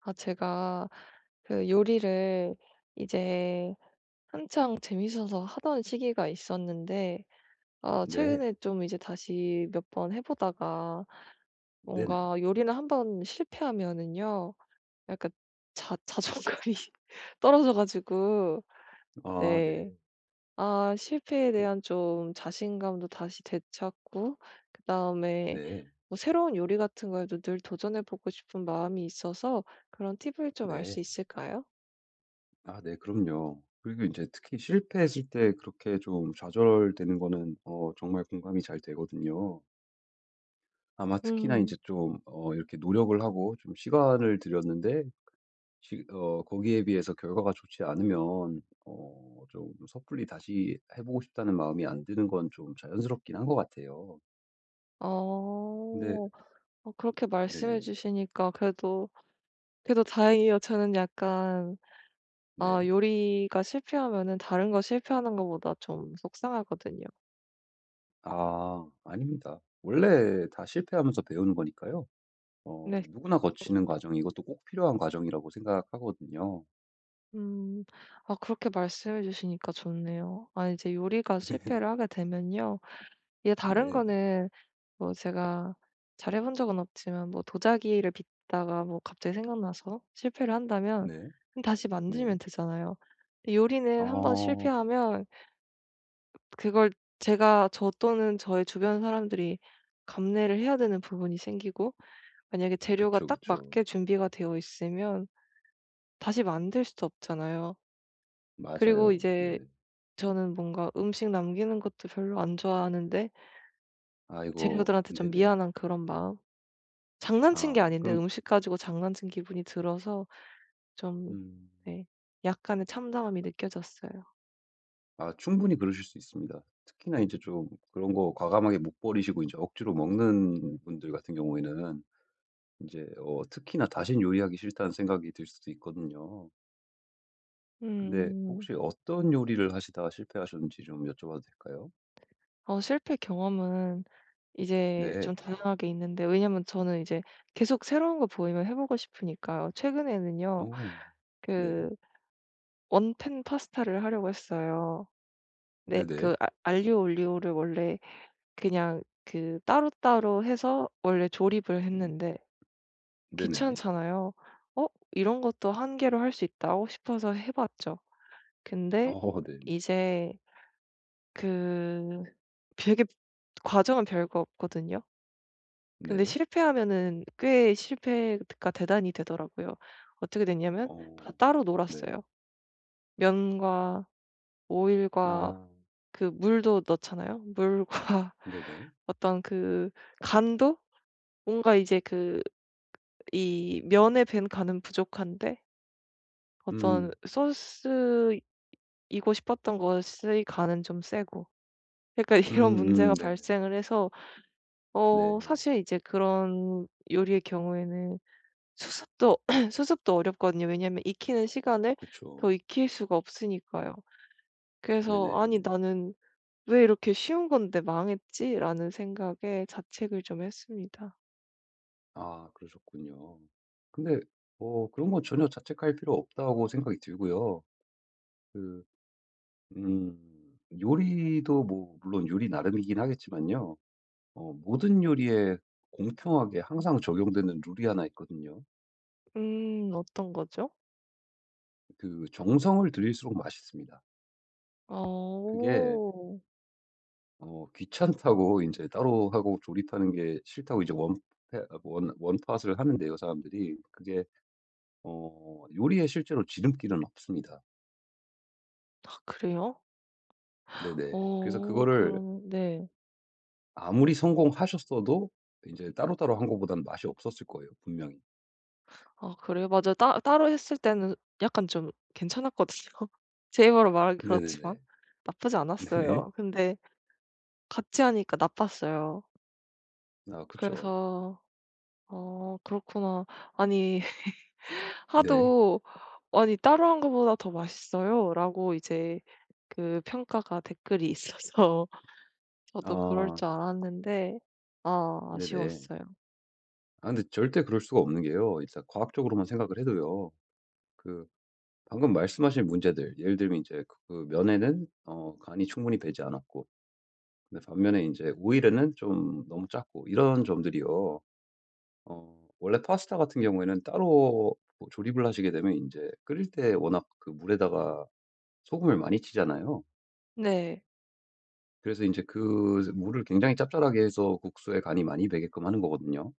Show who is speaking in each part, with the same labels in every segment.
Speaker 1: 아, 제가 그 요리를 이제 한창 재밌어서 하던 시기가 있었는데, 아,
Speaker 2: 네.
Speaker 1: 최근에 좀 이제 다시 몇 번 해보다가
Speaker 2: 네네.
Speaker 1: 뭔가 요리는 한 번 실패하면은요, 약간 자존감이 떨어져가지고,
Speaker 2: 아 네.
Speaker 1: 네. 아, 실패에 대한 좀 자신감도 다시 되찾고, 그다음에
Speaker 2: 네.
Speaker 1: 뭐 새로운 요리 같은 거에도 늘 도전해보고 싶은 마음이 있어서 그런 팁을 좀 알 수
Speaker 2: 네.
Speaker 1: 있을까요?
Speaker 2: 아 네, 그럼요. 그리고 이제 특히 실패했을 때 그렇게 좀 좌절되는 거는 정말 공감이 잘 되거든요. 아마 특히나 이제
Speaker 1: 음.
Speaker 2: 좀 이렇게 노력을 하고 좀 시간을 들였는데 시 어 거기에 비해서 결과가 좋지 않으면 좀 섣불리 다시 해 보고 싶다는 마음이 안 드는 건 좀 자연스럽긴 한 것 같아요. 근데.
Speaker 1: 어. 어 그렇게 말씀해
Speaker 2: 네네.
Speaker 1: 주시니까 그래도 그래도 다행이에요. 저는 약간 아
Speaker 2: 네.
Speaker 1: 요리가 실패하면은 다른 거 실패하는 것보다 좀 속상하거든요.
Speaker 2: 아 아닙니다. 원래 다 실패하면서 배우는 거니까요.
Speaker 1: 네.
Speaker 2: 누구나 거치는 과정, 이것도 꼭 필요한 과정이라고 생각하거든요.
Speaker 1: 음. 아 그렇게 말씀해 주시니까 좋네요. 아 이제 요리가 실패를 하게 되면요. 이제 다른
Speaker 2: 네.
Speaker 1: 거는 뭐 제가 잘해 본 적은 없지만 뭐 도자기를 빚다가 뭐 갑자기 생각나서 실패를 한다면
Speaker 2: 네.
Speaker 1: 다시
Speaker 2: 네.
Speaker 1: 만들면 되잖아요. 근데 요리는 한번
Speaker 2: 어.
Speaker 1: 실패하면 그걸 제가 저 또는 저의 주변 사람들이 감내를 해야 되는 부분이 생기고 만약에 재료가
Speaker 2: 그쵸,
Speaker 1: 딱
Speaker 2: 그쵸.
Speaker 1: 맞게 준비가 되어 있으면 다시 만들 수도 없잖아요. 그리고
Speaker 2: 맞아요.
Speaker 1: 이제
Speaker 2: 네네.
Speaker 1: 저는 뭔가 음식 남기는 것도 별로 안 좋아하는데
Speaker 2: 아이고.
Speaker 1: 재료들한테 좀
Speaker 2: 네네.
Speaker 1: 미안한 그런 마음. 장난친 게
Speaker 2: 아
Speaker 1: 아닌데
Speaker 2: 그럼.
Speaker 1: 음식 가지고 장난친 기분이 들어서 좀
Speaker 2: 음.
Speaker 1: 네 약간의 참담함이 느껴졌어요.
Speaker 2: 아 충분히 그러실 수 있습니다. 특히나 이제 좀 그런 거 과감하게 못 버리시고 이제 억지로 먹는 분들 같은 경우에는 이제 특히나 다신 요리하기 싫다는 생각이 들 수도 있거든요. 근데
Speaker 1: 음.
Speaker 2: 혹시 어떤 요리를 하시다가 실패하셨는지 좀 여쭤봐도 될까요?
Speaker 1: 어 실패 경험은 이제
Speaker 2: 네.
Speaker 1: 좀 다양하게 있는데 왜냐면 저는 이제 계속 새로운 거 보이면 해 보고 싶으니까요. 최근에는요.
Speaker 2: 오. 네.
Speaker 1: 그 원팬 파스타를 하려고 했어요. 네
Speaker 2: 네네.
Speaker 1: 그 아 알리오 올리오를 원래 그냥 그 따로따로 해서 원래 조립을
Speaker 2: 음
Speaker 1: 했는데
Speaker 2: 네네.
Speaker 1: 귀찮잖아요. '어 이런 것도 한 개로 할 수 있다.' 어 싶어서 해 봤죠. 근데
Speaker 2: 어 네네.
Speaker 1: 이제 그 되게 과정은 별거 없거든요. 근데
Speaker 2: 네.
Speaker 1: 실패하면은 꽤 실패가 대단히 되더라고요. 어떻게 됐냐면 다
Speaker 2: 어.
Speaker 1: 따로
Speaker 2: 네.
Speaker 1: 놀았어요. 면과 오일과
Speaker 2: 아
Speaker 1: 그 물도 넣잖아요. 물과
Speaker 2: 네네.
Speaker 1: 어떤 그 간도 뭔가 이제 그 이 면에 밴 간은 부족한데 어떤
Speaker 2: 음.
Speaker 1: 소스이고 싶었던 것의 간은 좀 세고 약간 이런
Speaker 2: 음음
Speaker 1: 문제가
Speaker 2: 네네네.
Speaker 1: 발생을 해서 어
Speaker 2: 네.
Speaker 1: 사실 이제 그런 요리의 경우에는 수습도 수습도 어렵거든요. 왜냐면 익히는 시간을
Speaker 2: 그쵸.
Speaker 1: 더 익힐 수가 없으니까요. 그래서 '아니
Speaker 2: 네네.
Speaker 1: 나는 왜 이렇게 쉬운 건데 망했지?'라는 생각에 자책을 좀 했습니다.
Speaker 2: 아 그러셨군요. 근데 그런 건 전혀 자책할 필요 없다고 생각이 들고요. 그 요리도 뭐 물론 요리 나름이긴 하겠지만요. 모든 요리에 공평하게 항상 적용되는 룰이 하나 있거든요.
Speaker 1: 어떤 거죠?
Speaker 2: 그 정성을 들일수록 맛있습니다. 그게
Speaker 1: 어.
Speaker 2: 귀찮다고 이제 따로 하고 조립하는 게 싫다고 이제 원 페 아 원 원팟을 하는데요 사람들이. 그게 요리에 실제로 지름길은 없습니다.
Speaker 1: 아 그래요?
Speaker 2: 네네. 그래서
Speaker 1: 어
Speaker 2: 그거를
Speaker 1: 그럼 네.
Speaker 2: 아무리 성공하셨어도 이제 따로따로 한 거보다는 맛이 없었을 거예요, 분명히.
Speaker 1: 아 그래요? 맞아요. 따 따로 했을 때는 약간 좀 괜찮았거든요. 제 입으로 말하기 그렇지만
Speaker 2: 네네네.
Speaker 1: 나쁘지
Speaker 2: 네.
Speaker 1: 않았어요. 근데 같이 하니까 나빴어요.
Speaker 2: 아 그쵸.
Speaker 1: 그래서 아 그렇구나. 아니
Speaker 2: 네.
Speaker 1: 하도 "아니 따로 한 거보다 더 맛있어요."라고 이제 그 평가가 댓글이 있어서 저도 그럴
Speaker 2: 아
Speaker 1: 줄 알았는데 아
Speaker 2: 네네.
Speaker 1: 아쉬웠어요.
Speaker 2: 아 근데 절대 그럴 수가 없는 게요. 일단 과학적으로만 생각을 해도요. 그 방금 말씀하신 문제들, 예를 들면 이제 그 면에는 간이 충분히 배지 않았고, 근데 반면에 이제 오일에는 좀 너무 작고 이런 점들이요. 원래 파스타 같은 경우에는 따로 뭐 조립을 하시게 되면 이제 끓일 때 워낙 그 물에다가 소금을 많이 치잖아요.
Speaker 1: 네.
Speaker 2: 그래서 이제 그 물을 굉장히 짭짤하게 해서 국수에 간이 많이 배게끔 하는 거거든요.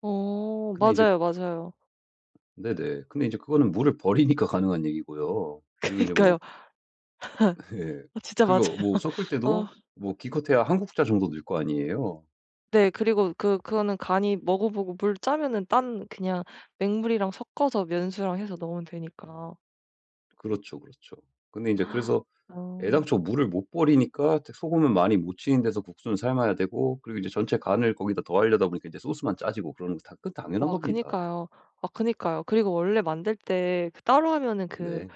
Speaker 1: 어
Speaker 2: 근데 이제.
Speaker 1: 맞아요, 맞아요.
Speaker 2: 네네. 근데 이제 그거는 물을 버리니까 가능한 얘기고요. 그리고 이제뭐.
Speaker 1: 그니까요.
Speaker 2: 예.
Speaker 1: 아 진짜 맞아요.
Speaker 2: 그리고 뭐 섞을 때도
Speaker 1: 아
Speaker 2: 뭐 기껏해야 한 국자 정도 넣을 거 아니에요.
Speaker 1: 네 그리고 그 그거는 간이 먹어 보고 물 짜면은 딴 그냥 맹물이랑 섞어서 면수랑 해서 넣으면 되니까.
Speaker 2: 그렇죠, 그렇죠. 근데 인제, 그래서
Speaker 1: 어.
Speaker 2: 애당초 물을 못 버리니까 태 소금은 많이 못 치는 데서 국수는 삶아야 되고, 그리고 이제 전체 간을 거기다 더하려다 보니까 이제 소스만 짜지고, 그러는 거 다 그 당연한
Speaker 1: 와
Speaker 2: 겁니다.
Speaker 1: 그니까요. 아 그니까요. 그리고 원래 만들 때 그 따로 하면은 그
Speaker 2: 네.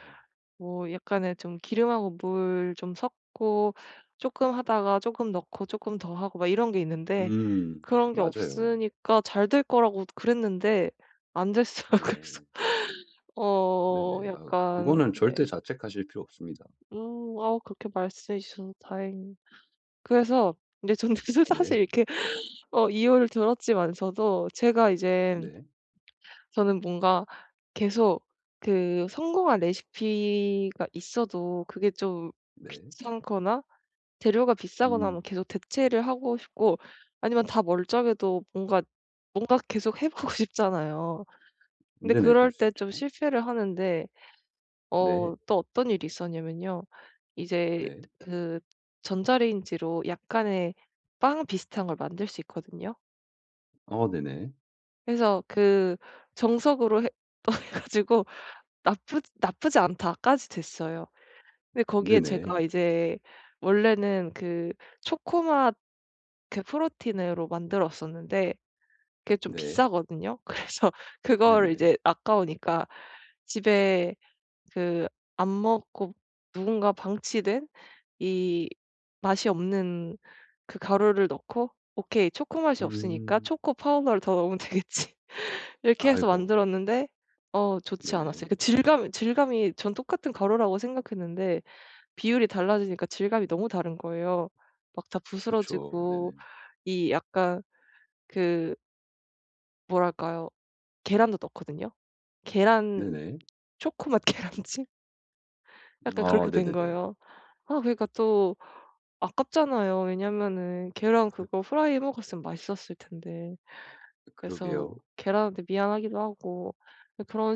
Speaker 1: 뭐 약간의 좀 기름하고 물 좀 섞고 조금 하다가 조금 넣고 조금 더 하고 막 이런 게 있는데
Speaker 2: 음.
Speaker 1: 그런 게
Speaker 2: 맞아요.
Speaker 1: 없으니까 잘 될 거라고 그랬는데 안 됐어요. 그래서
Speaker 2: 네.
Speaker 1: 어
Speaker 2: 네네. 아
Speaker 1: 약간
Speaker 2: 그거는
Speaker 1: 네.
Speaker 2: 절대 자책하실 필요 없습니다.
Speaker 1: 아 그렇게 말씀해 주셔서 다행이에요. 그래서 이제 저는 사실
Speaker 2: 네.
Speaker 1: 이렇게 어 이유를 들었지만서도 제가 이제
Speaker 2: 네.
Speaker 1: 저는 뭔가 계속 그 성공한 레시피가 있어도 그게 좀
Speaker 2: 네.
Speaker 1: 귀찮거나 재료가 비싸거나 하면
Speaker 2: 음.
Speaker 1: 계속 대체를 하고 싶고 아니면 다 멀쩡해도 뭔가 계속 해 보고 싶잖아요. 근데
Speaker 2: 네네. 그럴
Speaker 1: 그럴
Speaker 2: 수
Speaker 1: 때 좀
Speaker 2: 있죠.
Speaker 1: 실패를 하는데
Speaker 2: 네.
Speaker 1: 어 또 어떤 일이 있었냐면요. 이제
Speaker 2: 네.
Speaker 1: 그 전자레인지로 약간의 빵 비슷한 걸 만들 수 있거든요.
Speaker 2: 어 네네.
Speaker 1: 그래서 그 정석으로 해 또 해 가지고 나쁘지 않다까지 됐어요. 근데 거기에
Speaker 2: 네네.
Speaker 1: 제가 이제 원래는 그 초코맛 그 프로틴으로 만들었었는데 그게 좀
Speaker 2: 네.
Speaker 1: 비싸거든요. 그래서 그거를
Speaker 2: 네네.
Speaker 1: 이제 아까우니까 집에 그 안 먹고 누군가 방치된 이 맛이 없는 그 가루를 넣고 '오케이. 초코 맛이 없으니까
Speaker 2: 음.
Speaker 1: 초코 파우더를 더 넣으면 되겠지.' 이렇게 해서
Speaker 2: 아이고.
Speaker 1: 만들었는데 어 좋지 않았어요.
Speaker 2: 네네.
Speaker 1: 그 질감이 전 똑같은 가루라고 생각했는데 비율이 달라지니까 질감이 너무 다른 거예요. 막 다
Speaker 2: 그쵸.
Speaker 1: 부스러지고
Speaker 2: 네네.
Speaker 1: 이 약간 그 뭐랄까요? 계란도 넣거든요. 계란
Speaker 2: 네네.
Speaker 1: 초코맛 계란찜? 약간
Speaker 2: 아
Speaker 1: 그렇게 된
Speaker 2: 네네네.
Speaker 1: 거예요. 아 그러니까 또 아깝잖아요. 왜냐면은 계란 그거 프라이 해
Speaker 2: 그쵸.
Speaker 1: 먹었으면 맛있었을 텐데. 그래서
Speaker 2: 그러게요.
Speaker 1: 계란한테 미안하기도 하고 그런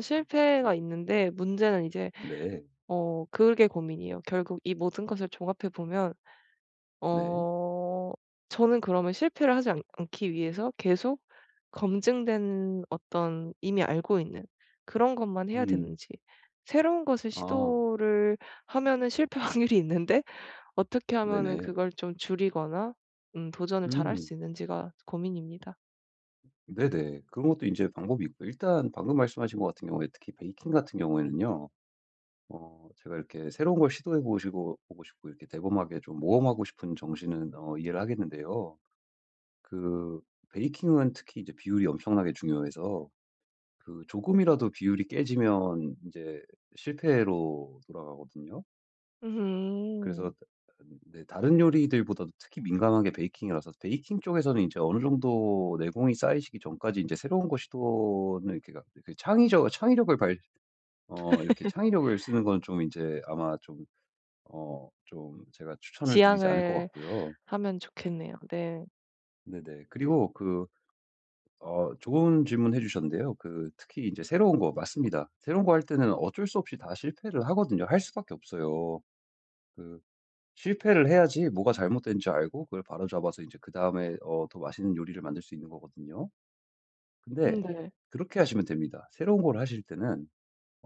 Speaker 2: 음
Speaker 1: 실패가 있는데 문제는 이제
Speaker 2: 네.
Speaker 1: 어 그게 고민이에요. 결국 이 모든 것을 종합해 보면
Speaker 2: 네.
Speaker 1: 어 저는 그러면 실패를 하지 않기 위해서 계속 검증된 어떤 이미 알고 있는 그런 것만 해야
Speaker 2: 음.
Speaker 1: 되는지 새로운 것을
Speaker 2: 아
Speaker 1: 시도를 하면은 실패 확률이 있는데 어떻게 하면은
Speaker 2: 네네.
Speaker 1: 그걸 좀 줄이거나 도전을 잘할
Speaker 2: 음.
Speaker 1: 수 있는지가 고민입니다.
Speaker 2: 네네. 그런 것도 이제 방법이 있고, 일단 방금 말씀하신 것 같은 경우에 특히 베이킹 같은 경우에는요, 제가 이렇게 새로운 걸 시도해 보시고 보고 싶고 이렇게 대범하게 좀 모험하고 싶은 정신은 이해를 하겠는데요. 그 베이킹은 특히 이제 비율이 엄청나게 중요해서 그 조금이라도 비율이 깨지면 이제 실패로 돌아가거든요. 그래서
Speaker 1: 음.
Speaker 2: 네, 다른 요리들보다도 특히 민감한 게 베이킹이라서, 베이킹 쪽에서는 이제 어느 정도 내공이 쌓이시기 전까지 이제 새로운 거 시도는 이렇게 가- 그 창의적 창의력을 발 어 이렇게 창의력을 쓰는 건 좀 이제 아마 좀 좀 제가 추천을
Speaker 1: 지향
Speaker 2: 드리지 않을 것
Speaker 1: 을
Speaker 2: 같고요.
Speaker 1: 하면 좋겠네요. 네.
Speaker 2: 네네. 그리고 좋은 질문 해 주셨는데요. 그 특히 이제 새로운 거 맞습니다. 새로운 거 할 때는 어쩔 수 없이 다 실패를 하거든요. 할 수밖에 없어요. 그 실패를 해야지 뭐가 잘못된지 알고 그걸 바로잡아서 이제 그다음에 더 맛있는 요리를 만들 수 있는 거거든요. 근데
Speaker 1: 네.
Speaker 2: 그렇게 하시면 됩니다. 새로운 걸 하실 때는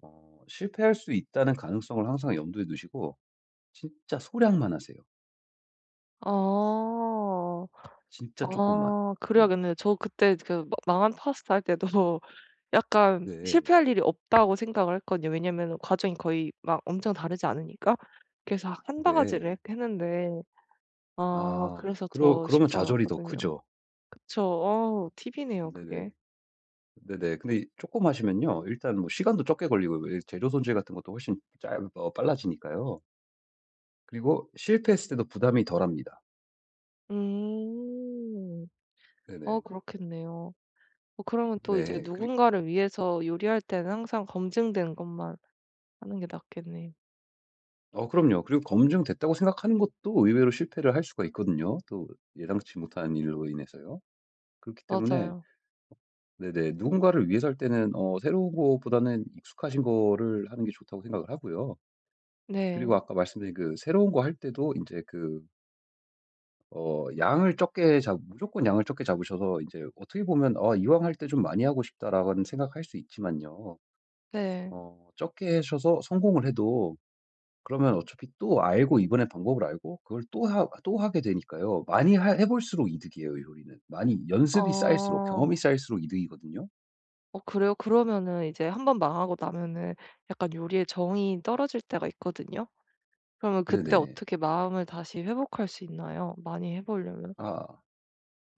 Speaker 2: 실패할 수 있다는 가능성을 항상 염두에 두시고 진짜 소량만 하세요.
Speaker 1: 아.
Speaker 2: 진짜 조금만.
Speaker 1: 아
Speaker 2: 네.
Speaker 1: 그래야겠네요. 저 그때 그 마 망한 파스타 할 때도 약간
Speaker 2: 네.
Speaker 1: 실패할 일이 없다고 생각을 했거든요. 왜냐면은 과정이 거의 막 엄청 다르지 않으니까. 그래서 한
Speaker 2: 네.
Speaker 1: 바가지를 했는데 아
Speaker 2: 아
Speaker 1: 그래서
Speaker 2: 그러
Speaker 1: 더
Speaker 2: 그러면
Speaker 1: 쉽지
Speaker 2: 좌절이 더
Speaker 1: 않았거든요.
Speaker 2: 크죠.
Speaker 1: 그쵸. 어 팁이네요
Speaker 2: 네네.
Speaker 1: 그게.
Speaker 2: 네네. 근데 이금 하시면요, 일단 뭐 시간도 적게 걸리고 왜 재료 손질 같은 것도 훨씬 짧 어 빨라지니까요. 그리고 실패했을 때도 부담이 덜합니다.
Speaker 1: 음. 어
Speaker 2: 네네.
Speaker 1: 그렇겠네요. 어 그러면 또 이제
Speaker 2: 네. 그리
Speaker 1: 누군가를 위해서 요리할 때는 항상 검증된 것만 하는 게 낫겠네요.
Speaker 2: 어 그럼요. 그리고 검증됐다고 생각하는 것도 의외로 실패를 할 수가 있거든요, 또, 예상치 못한 일로 인해서요. 그렇기 때문에
Speaker 1: 맞아요.
Speaker 2: 네네, 누군가를 위해서 할 때는 새로운 것보다는 익숙하신 거를 하는 게 좋다고 생각을 하고요. 그리고
Speaker 1: 네.
Speaker 2: 아까 말씀드린 그 새로운 거 할 때도 이제그 양을 적게 잡 무조건 양을 적게 잡으셔서, 이제 어떻게 보면 '아, 이왕 할 때 좀 많이 하고 싶다.'라고는 생각할 수 있지만요,
Speaker 1: 네.
Speaker 2: 적게 하셔서 성공을 해도 그러면 어차피 또 알고, 이번에 방법을 알고 그걸 또 하게 되니까요. 많이 하 해 볼수록 이득이에요, 이 요리는. 많이 연습이 쌓일수록, 경험이
Speaker 1: 어.
Speaker 2: 쌓일수록 이득이거든요.
Speaker 1: 어 그래요? 그러면은 이제 한 번 망하고 나면은 약간 요리에 정이 떨어질 때가 있거든요. 그러면 그때
Speaker 2: 네네.
Speaker 1: 어떻게 마음을 다시 회복할 수 있나요? 많이 해 보려면?
Speaker 2: 아.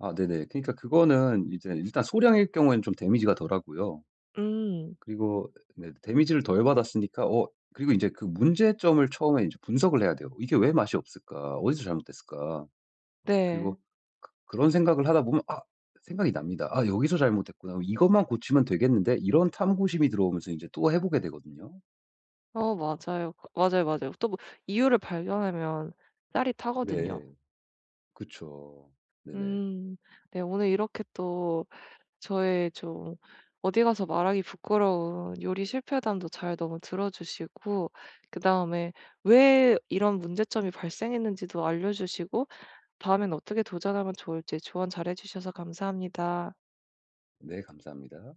Speaker 2: 아 네네. 그러니까 그거는 이제 일단 소량일 경우에는 좀 데미지가 덜하고요.
Speaker 1: 음.
Speaker 2: 그리고 네, 데미지를 덜 받았으니까 그리고 이제 그 문제점을 처음에 이제 분석을 해야 돼요. '이게 왜 맛이 없을까? 어디서 잘못됐을까?'
Speaker 1: 네.
Speaker 2: 그리고 그런 생각을 하다 보면, 아, 생각이 납니다. '아, 여기서 잘못됐구나. 이것만 고치면 되겠는데.' 이런 탐구심이 들어오면서 이제 또 해 보게 되거든요.
Speaker 1: 어 맞아요. 그 맞아요, 맞아요. 또뭐 이유를 발견하면 짜릿하거든요.
Speaker 2: 네. 그쵸. 네네.
Speaker 1: 음. 네 오늘 이렇게 또 저의 좀 어디 가서 말하기 부끄러운 요리 실패담도 잘 너무 들어 주시고 그다음에 왜 이런 문제점이 발생했는지도 알려 주시고 다음엔 어떻게 도전하면 좋을지 조언 잘해 주셔서 감사합니다.
Speaker 2: 네, 감사합니다.